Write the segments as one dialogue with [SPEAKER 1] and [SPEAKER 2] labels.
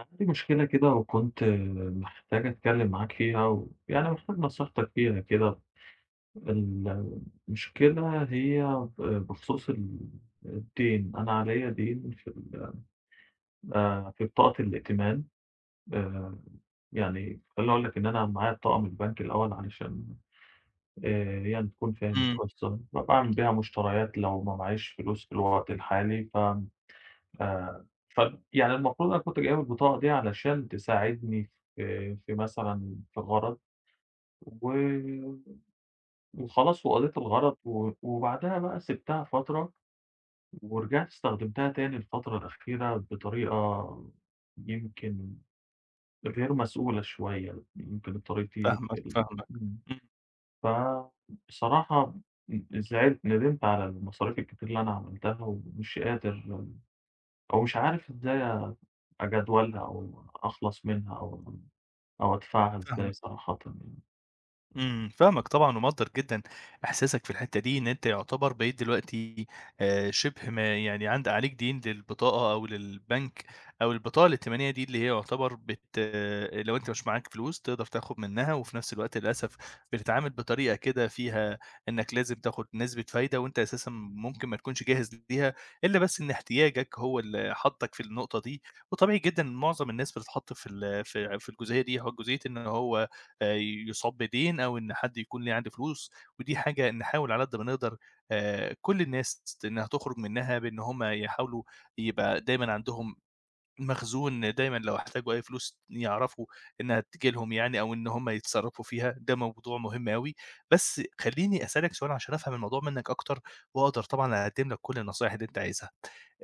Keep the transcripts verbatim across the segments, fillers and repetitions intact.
[SPEAKER 1] عندي مشكلة كده وكنت محتاج أتكلم معاك فيها ويعني محتاج نصيحتك فيها كده. المشكلة هي بخصوص ال الدين، أنا عليّا دين في ال آآ في بطاقة الائتمان. آآ يعني خلّيني أقول لك إن أنا معايا بطاقة من البنك الأول علشان آآ يعني تكون فاهم
[SPEAKER 2] إمم،
[SPEAKER 1] القصة، بابقى أعمل بيها مشتريات لو ما معييش فلوس في الوقت الحالي. ف آآ ف يعني المفروض أنا كنت جايب البطاقة دي علشان تساعدني في في مثلًا في غرض و وخلاص وقضيت الغرض، و وبعدها بقى سِبتها فترة ورجعت استخدمتها تاني الفترة الأخيرة بطريقة يمكن غير مسؤولة شوية، يمكن طريقتي
[SPEAKER 2] فاهمك،
[SPEAKER 1] ال
[SPEAKER 2] فاهمك،
[SPEAKER 1] إمم.
[SPEAKER 2] إمم،
[SPEAKER 1] فبصراحة ن زعلت ندمت على المصاريف الكتير اللي أنا عملتها ومش قادر أو مش عارف إز أجدولها أو أخلص منها أو أو أدفعها إزاي
[SPEAKER 2] فاهمك.
[SPEAKER 1] صراحةً يعني.
[SPEAKER 2] إمم، فاهمك طبعًا ومقدّر جدًا إحساسك في الحتّة دي، إن أنت يعتبر بقيت دلوقتي آآ شِبه ما يعني عند عليك دَيْن للبطاقة أو للبنك أو البطاقة الائتمانية دي اللي هي يعتبر بت آه، لو أنت مش معاك فلوس تقدر تاخُد منّها وفي نفس الوقت للأسف بتتعامل بطريقة كده فيها إنّك لازم تاخُد نسبة فايدة وأنت أساسًا ممكن ما تكونش جاهز ليها، إلا بس إن احتياجك هو اللي حَطّك في النقطة دي، وطبيعي جدًا معظم الناس بتتحط في ال في في الجزئية دي، هو جزئية إن هو آآ يُصاب بدين أو إن حد يكون ليه عليه فلوس، ودي حاجة نحاول على قد ما نقدر آآ كل الناس إنها تخرج منها بإن هم يحاولوا يبقى دايمًا عندهم مخزون دايمًا لو احتاجوا أي فلوس يعرفوا إنها تيجي لهم يعني أو إن هم يتصرّفوا فيها، ده موضوع مهم أوي. بس خلّيني أسألك سؤال عشان أفهم الموضوع منّك أكتر وأقدر طبعًا أقدّم لك كل النصايح اللي أنت عايزها.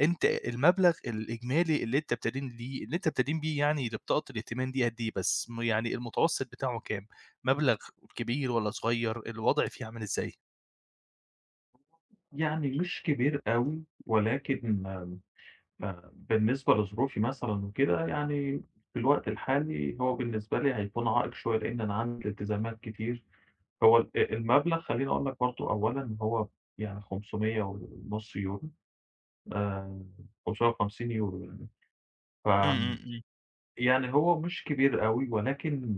[SPEAKER 2] أنت المبلغ الإجمالي اللي أنت بتدين ليه اللي أنت بتدين بيه يعني لبطاقة الائتمان دي قد إيه بس، م يعني المتوسط بتاعه كام؟ مبلغ كبير والّا صغير؟ الوضع فيه عامل إزاي؟
[SPEAKER 1] يعني مش كبير أوي، ولكن آآ بالنسبة لظروفي مثلًا وكده، يعني في الوقت الحالي هو بالنسبة لي هيكون عائق شوية، لإن أنا عندي التزامات كتير. هو ال آه، المبلغ خلّيني أقول لك برضه أولًا هو يعني خمسمائة ونُص يورو، آآ خمسمية وخمسين يورو يعني. ف
[SPEAKER 2] إمم، إمم،
[SPEAKER 1] آمم،
[SPEAKER 2] إمم.
[SPEAKER 1] يعني هو مش كبير أوي، ولكن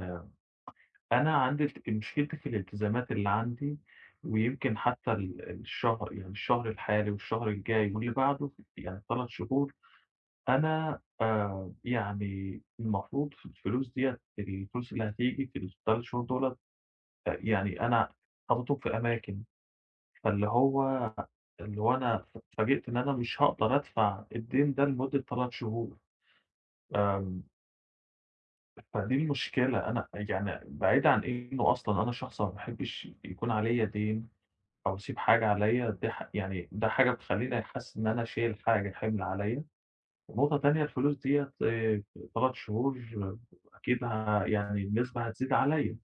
[SPEAKER 1] أنا عندي الت مشكلتي في الالتزامات اللي عندي، ويمكن حتى ال الشهر يعني الشهر الحالي والشهر الجاي واللي بعده يعني ال3 شهور. أنا آآ يعني المفروض في الفلوس ديّة، الفلوس اللي هتيجي في ال3 شهور دُولة، أ يعني أنا حاططهم في أماكن، فاللي هو اللي هو أنا ف اتفاجئت إن أنا مش هاقدر أدفع الدين ده لمدة ثلاثة شهور. آمم فدي المشكلة. أنا يعني بعيد عن إنه أصلًا أنا شخص ما باحبش يكون عليّا دين أو أسيب حاجة عليّا دي ح يعني ده حاجة بتخلّيني حاسس إن أنا شايل حاجة حِمل عليّا. ونقطة تانية الفلوس ديّة آآ تلات شهور آه، أكيد ه يعني النسبة هتزيد عليّا،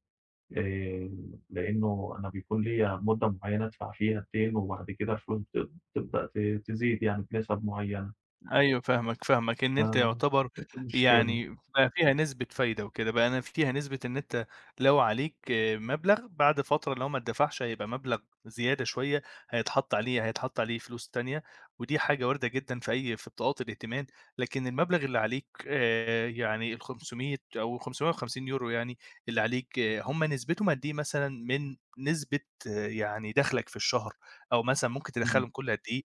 [SPEAKER 1] آآ لإنه أنا بيكون ليّا مدة معيّنة أدفع فيها الدين، وبعد كده الفلوس بت بتبدأ ت تزيد يعني بنسب معيّنة.
[SPEAKER 2] أيوه فاهمك، فاهمك، إن
[SPEAKER 1] ف
[SPEAKER 2] أنت يُعتبر
[SPEAKER 1] دي المشكلة.
[SPEAKER 2] يعني بقى فيها نسبة فايدة وكده، بقى أنا فيها نسبة إن أنت لو عليك آه، مبلغ بعد فترة لو ما اتدفعش هيبقى مبلغ زيادة شوية هيتحط عليه هيتحط عليه فلوس تانية، ودي حاجة واردة جدًا في أي في بطاقات الائتمان، لكن المبلغ اللي عليك آآ يعني الخمسمية أو خمسمية وخمسين يورو€ يعني اللي عليك آه، هم نسبتهم قد إيه مثلًا من نسبة آه، يعني دخلك في الشهر، أو مثلًا ممكن
[SPEAKER 1] إمم.
[SPEAKER 2] تدخّلهم كل قد إيه؟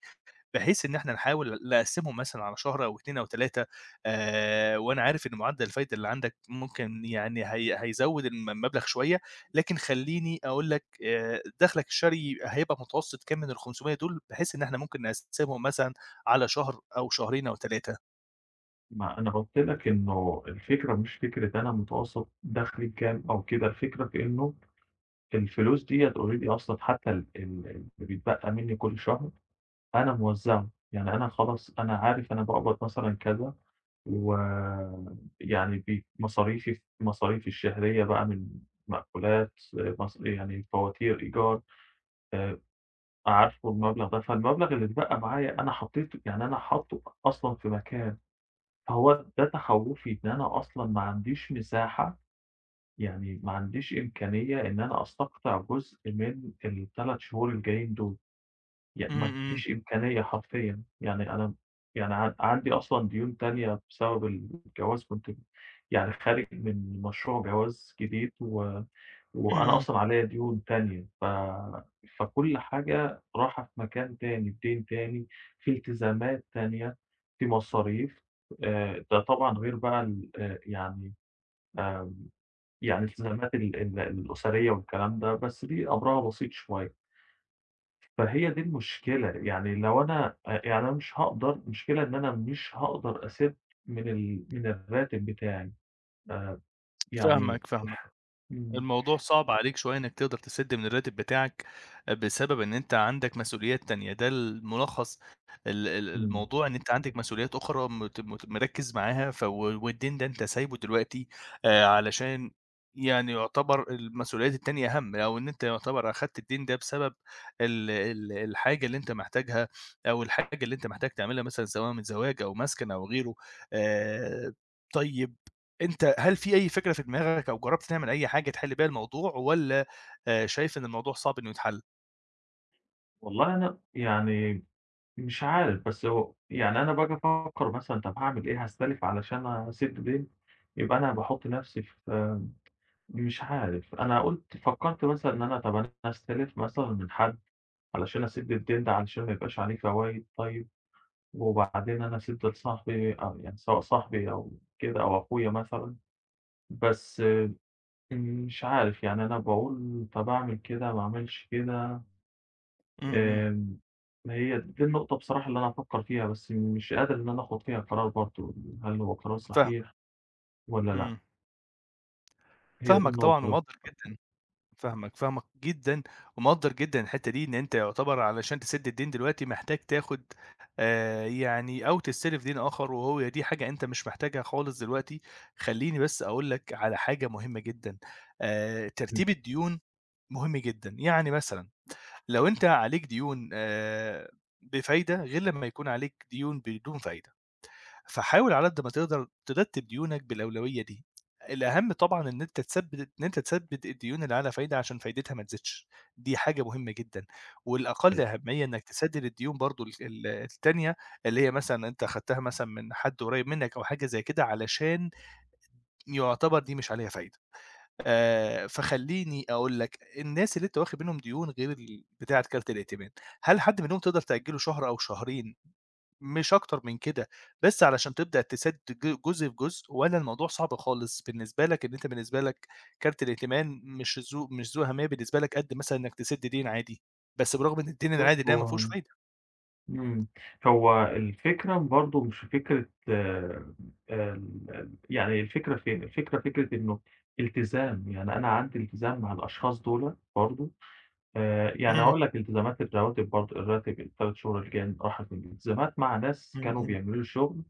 [SPEAKER 2] بحيث إن إحنا نحاول نقسّمهم مثلًا على شهر أو اتنين أو تلاتة آآ، وأنا عارف إن معدل الفايدة اللي عندك ممكن يعني هي هيزوّد الم المبلغ شوية، لكن خلّيني أقول لك آآ، دخلك الشهري هيبقى متوسط كام من الخمسمية دول، بحيث إن إحنا ممكن نقسّمهم مثلًا على شهر أو شهرين أو تلاتة.
[SPEAKER 1] ما أنا قُلت لك إنه الفكرة مش فكرة أنا متوسط دخلي كام أو كده، الفكرة في إنه الفلوس ديّة already أصلًا، حتى ال ال اللي بيتبقى منّي كل شهر أنا موزّعه، يعني أنا خلاص أنا عارف أنا باقبض مثلًا كذا ويعني بي مصاريفي مصاريفي الشهرية بقى من مأكولات، مص يعني فواتير، إيجار، آآ عارفه المبلغ ده، فالمبلغ اللي اتبقى معايا أنا حطيته، يعني أنا حاطّه أصلًا في مكان. فهو ده تخوّفي، إن أنا أصلًا ما عنديش مساحة، يعني ما عنديش إمكانية إن أنا أستقطع جزء من ال3 شهور الجايين دول، يعني
[SPEAKER 2] إمم،
[SPEAKER 1] ما
[SPEAKER 2] إمم،
[SPEAKER 1] فيش إمكانية حرفيًا. يعني أنا يعني عن عندي أصلًا ديون تانية بسبب الجواز، كنت يعني خارج من مشروع جواز جديد، و وأنا
[SPEAKER 2] إمم،
[SPEAKER 1] أصلًا عليّا ديون تانية. ف فكل حاجة رايحة في مكان تاني، في دين تاني، في التزامات تانية، في مصاريف. آآ ده طبعًا غير بقى ال آآ يعني آآ يعني الالتزامات ال ال الأسرية والكلام ده، بس دي أمرها بسيط شوية. فهي دي المشكلة، يعني لو أنا أ يعني أنا مش هاقدر، المشكلة إن أنا مش هاقدر أسِد من ال من الراتب بتاعي، آآ يعني.
[SPEAKER 2] فاهمك، فاهمك.
[SPEAKER 1] إمم،
[SPEAKER 2] الموضوع صعب عليك شوية إنك تقدر تسِد من الراتب بتاعك، بسبب إن أنت عندك مسؤوليات تانية، ده الملخص ال ال
[SPEAKER 1] إمم.
[SPEAKER 2] الموضوع إن أنت عندك مسؤوليات أخرى مت مت مركِّز معاها ف و والدين ده أنت سايبه دلوقتي آآ، علشان يعني يعتبر المسؤوليات التانية أهَم، أو إن أنت يعتبر أخدت الدين ده بسبب ال ال الحاجة اللي أنت محتاجها، أو الحاجة اللي أنت محتاج تعملها مثلًا سواء من زواج أو مسكن أو غيره آآ، طيب أنت هل في أي فكرة في دماغك أو جرّبت تعمل أي حاجة تحِل بيها الموضوع والّا آآ شايف إن الموضوع صعب إنه يتحَل؟
[SPEAKER 1] والله أنا يعني مش عارف، بس هو يعني أنا باجي أفكّر مثلًا طَب هاعمل إيه، هاستلف علشان أسِد ديّن، يبقى أنا باحُط نَفْسي في آه، مش عارف. أنا قُلت فكّرت مثلًا إن أنا طَب أنا هاستلف مثلًا من حد علشان أسد الدين ده علشان ما يبقاش عليه فوايد طيب، وبعدين أنا أسِد لصاحبي، أو يعني سواء صاحبي أو كده أو أخويا مثلًا، بس آه، مش عارف يعني. أنا باقول طَب أعمل كده ما أعملش كده.
[SPEAKER 2] إمم، إمم.
[SPEAKER 1] آمم، هي دي النقطة بصراحة اللي أنا بافكّر فيها، بس مش قادر إن أنا آخُد فيها قرار برضه، هل هو قرار
[SPEAKER 2] فاهمك،
[SPEAKER 1] صحيح والّا لأ؟
[SPEAKER 2] إمم.
[SPEAKER 1] هي دي
[SPEAKER 2] فاهمك
[SPEAKER 1] النقطة
[SPEAKER 2] طبعًا
[SPEAKER 1] اللي
[SPEAKER 2] ومقدّر جدًا، فاهمك، فاهمك جدًا ومقدّر جدًا الحتّة دي، إن أنت يُعتبر علشان تسِد الدين دلوقتي محتاج تاخُد آآ يعني أو تستلف دين آخَر وهو دي حاجة أنت مش محتاجها خالص دلوقتي، خلّيني بس أقول لك على حاجة مهمة جدًا، آآ
[SPEAKER 1] بتفكر
[SPEAKER 2] ترتيب الديون مهم جدًا، يعني مثلًا لو أنت عليك ديون آآ بفايدة غير لمّا يكون عليك ديون بدون فايدة، فحاول على قد ما تقدر ترتّب ديونك بالأولوية دي. الأهم طبعًا إن أنت تثبّت إن أنت تثبّت الديون اللي على فايدة عشان فايدتها ما تزيدش، دي حاجة مهمة جدًا، والأقل
[SPEAKER 1] فيها.
[SPEAKER 2] أهمية إنّك تسدّد الديون برضه ال ال التانية اللي هي مثلًا أنت أخدتها مثلًا من حد قريّب منّك أو حاجة زي كده علشان يُعتبر دي مش عليها فايدة. آآ، فخلّيني أقول لك، الناس اللي أنت واخد منهم ديون غير ال بتاعة كارت الائتمان، هل حد منهم تقدر تأجّله شهر أو شهرين، مش أكتر من كده، بس علشان تبدأ تسدّ ج جزء في جزء، والّا الموضوع صعب خالص بالنسبة لك إن أنت بالنسبة لك كارت الائتمان مش ذو مش ذو أهمية بالنسبة لك قد مثلًا إنك تسد دين عادي، بس برغم إن الدين
[SPEAKER 1] شوف،
[SPEAKER 2] العادي ده ما
[SPEAKER 1] هو
[SPEAKER 2] فيهوش فايدة؟
[SPEAKER 1] إمم. هو الفكرة برضه مش فكرة آآ ال يعني الفكرة فين؟ الفكرة فكرة إنه التزام، يعني أنا عندي التزام مع الأشخاص دُولة برضه. آآ يعني
[SPEAKER 2] إمم،
[SPEAKER 1] هاقول لك، التزامات الرواتب برضه، الراتب ال3 شهور الجايين راحت مني، التزامات مع ناس
[SPEAKER 2] إمم،
[SPEAKER 1] كانوا
[SPEAKER 2] إمم،
[SPEAKER 1] بيعملوا لي شغل،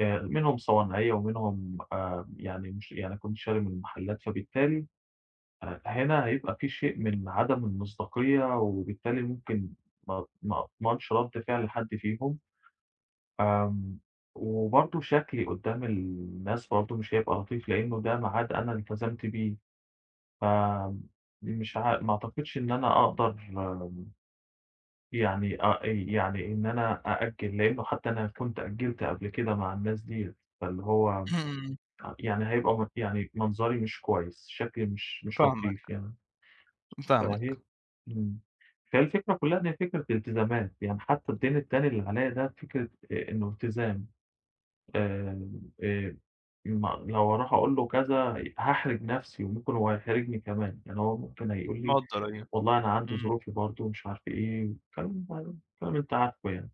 [SPEAKER 1] آآ منهم صوانعية ومنهم آآ يعني مش، يعني كنت شاري من محلات، فبالتالي آآ هنا هيبقى في شيء من عدم المصداقية، وبالتالي ممكن ما ما أضمنش رد فعل حد فيهم. آمم، وبرضه شكلي قدّام الناس برضه مش هيبقى لطيف، لإنه ده ميعاد أنا التزمت بيه، فمش ع ما أعتقدش إن أنا أقدر يعني أ يعني إن أنا أأجّل، لإنه حتى أنا كنت أجّلت قبل كده مع الناس ديّة. فاللي هو
[SPEAKER 2] إمم، إمم،
[SPEAKER 1] يعني هيبقى م يعني منظري مش كويس، شكلي مش مش لطيف
[SPEAKER 2] فاهمك،
[SPEAKER 1] يعني. فهي
[SPEAKER 2] فاهمك،
[SPEAKER 1] إمم، فالفكرة كلّها إن هي فكرة التزامات، يعني حتى الدين التاني اللي عليّا ده فكرة آآ إنه التزام. آمم، آآ، ما لو هاروح أقول له كذا هاحرج نفسي، وممكن هو يحرجني كمان، يعني هو ممكن هيقول لي
[SPEAKER 2] مقدّر أيوه،
[SPEAKER 1] والله أنا عندي
[SPEAKER 2] إمم.
[SPEAKER 1] ظروفي برضه ومش عارف إيه، كلام كلام أنت عارفه يعني.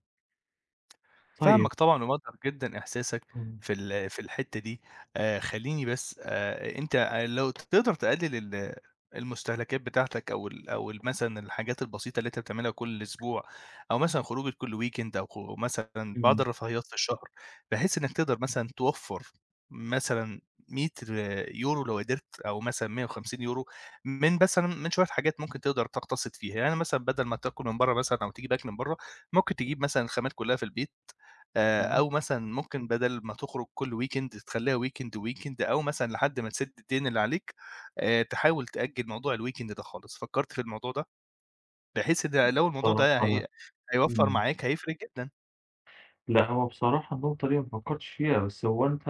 [SPEAKER 1] طيب.
[SPEAKER 2] فاهمك طبعًا ومقدّر جدًا إحساسك
[SPEAKER 1] إمم،
[SPEAKER 2] في ال في الحتّة دي، آآ خلّيني بس آآ أنت لو تقدر تقلل ال المستهلكات بتاعتك أو ال أو ال مثلًا الحاجات البسيطة اللي أنت بتعملها كل أسبوع، أو مثلًا خروجة كل weekend أو خ مثلًا بعض
[SPEAKER 1] إمم،
[SPEAKER 2] الرفاهيات في الشهر، بحيث إنك تقدر مثلًا توفّر مثلًا مية يورو€ لو قدرت أو مثلًا مية وخمسين يورو€ من مثلًا من شوية حاجات ممكن تقدر تقتصد فيها، يعني مثلًا بدل ما تاكل من برّه مثلًا أو تجيب أكل من برّه، ممكن تجيب مثلًا الخامات كلّها في البيت آآ
[SPEAKER 1] إمم.
[SPEAKER 2] أو مثلًا ممكن بدل ما تخرج كل weekend تخلّيها weekend، weekend أو مثلًا لحد ما تسِد الدين اللي عليك، آآ تحاول تأجّل موضوع الweekend ده خالص، فكّرت في الموضوع ده؟ بحيث إن لو الموضوع ده
[SPEAKER 1] بصراحة لأ.
[SPEAKER 2] هي هيوفّر
[SPEAKER 1] إمم.
[SPEAKER 2] معاك هيفرق جدًا.
[SPEAKER 1] لأ هو بصراحة النقطة دي ما فكرتش فيها، بس هو أنت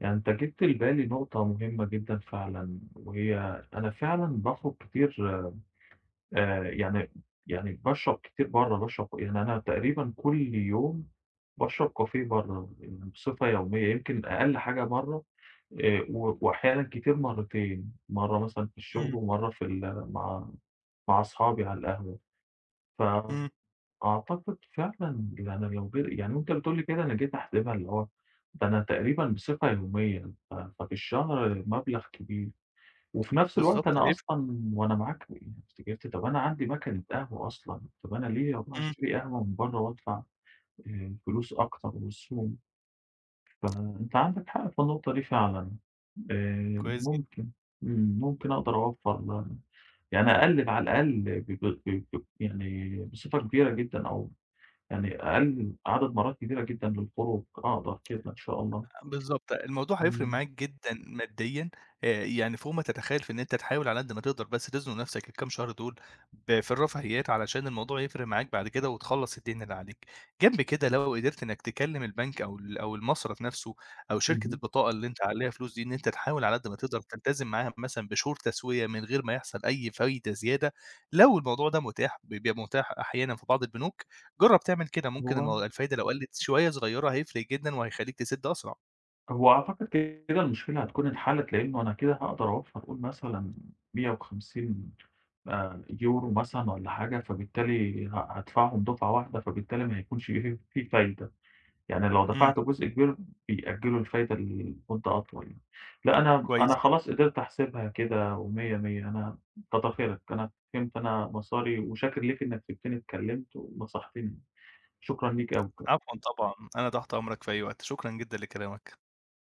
[SPEAKER 1] يعني أنت جِبت لبالي نقطة مهمة جدًا فعلًا، وهي أنا فعلًا باخرج كتير، آآ يعني يعني باشرب كتير برّه، باشرب، يعني أنا تقريبًا كل يوم باشرب كافيه برّه يعني بصفة يومية، يمكن أقل حاجة مرّة آآ و وأحيانًا كتير مرّتين، مرّة مثلًا في الشغل
[SPEAKER 2] إمم،
[SPEAKER 1] ومرّة في ال مع مع أصحابي على القهوة.
[SPEAKER 2] إمم،
[SPEAKER 1] فأعتقد فعلًا يعني لو جيت يعني، وأنت بتقول لي كده أنا جيت أحسبها، اللي هو ده أنا تقريبًا بصفة يومية، ف ففي الشهر مبلغ كبير. وفي نفس الوقت
[SPEAKER 2] بالضبط
[SPEAKER 1] أنا
[SPEAKER 2] هيفرق،
[SPEAKER 1] أصلًا، وأنا معاك يعني، افتكرت طب أنا عندي مكنة قهوة أصلًا، طب أنا ليه أروح
[SPEAKER 2] إمم،
[SPEAKER 1] أشتري قهوة من برّه وأدفع آآ فلوس أكتر والسوم، فأنت عندك حق في النقطة دي فعلًا. آآ
[SPEAKER 2] كويس
[SPEAKER 1] ممكن، إمم، ممكن أقدر أوفّر يعني، أقلِّل على الأقل ب ب ب ب يعني بصفة كبيرة جدًا، أو يعني أقلِّل عدد مرات كبيرة جدًا للخروج، أقدر كده إن شاء الله.
[SPEAKER 2] بالضبط، الموضوع هيفرق
[SPEAKER 1] إمم،
[SPEAKER 2] معاك جدًا ماديًا، آآ يعني فوق ما تتخيل في إن أنت تحاول على قد ما تقدر بس تزنق نفسك الكام شهر دول ب في الرفاهيات علشان الموضوع يفرق معاك بعد كده وتخلّص الدين اللي عليك. جنب كده لو قدرت إنك تكلم البنك أو ال أو المصرف نفسه أو شركة
[SPEAKER 1] اهم.
[SPEAKER 2] البطاقة اللي أنت عليها فلوس دي، إن أنت تحاول على قد ما تقدر تلتزم معاها مثلًا بشهور تسوية من غير ما يحصل أي فايدة زيادة، لو الموضوع ده متاح، بيبقى متاح أحيانًا في بعض البنوك، جرّب تعمل كده ممكن
[SPEAKER 1] هو
[SPEAKER 2] المو الفايدة لو قلت شوية صغيرة هيفرق جدًا وهيخلّيك تسد أسرع.
[SPEAKER 1] هو أعتقد كده المشكلة هتكون اتحلت، لإنه أنا كده هاقدر أوفّر قُل مثلًا مائة وخمسين، آآ، يورو مثلًا والّا حاجة، فبالتالي ه هادفعهم دفعة واحدة، فبالتالي ما هيكونش في في فايدة، يعني لو
[SPEAKER 2] إمم،
[SPEAKER 1] دفعت جزء كبير بيأجّلوا الفايدة لمدة أطول يعني. لأ أنا أنا
[SPEAKER 2] كويس جدًا،
[SPEAKER 1] خلاص قدرت أحسبها كده، ومِيَّة، مِيَّة. أنا كتر خيرك، أنا فهمت أنا مساري، وشاكر ليك إنّك سِبتني اتكلّمت ونصحتني، شكرًا ليك أوي بجد.
[SPEAKER 2] عفوًا طبعًا، أنا تحت أمرك في أي وقت، شكرًا جدًا لكلامك.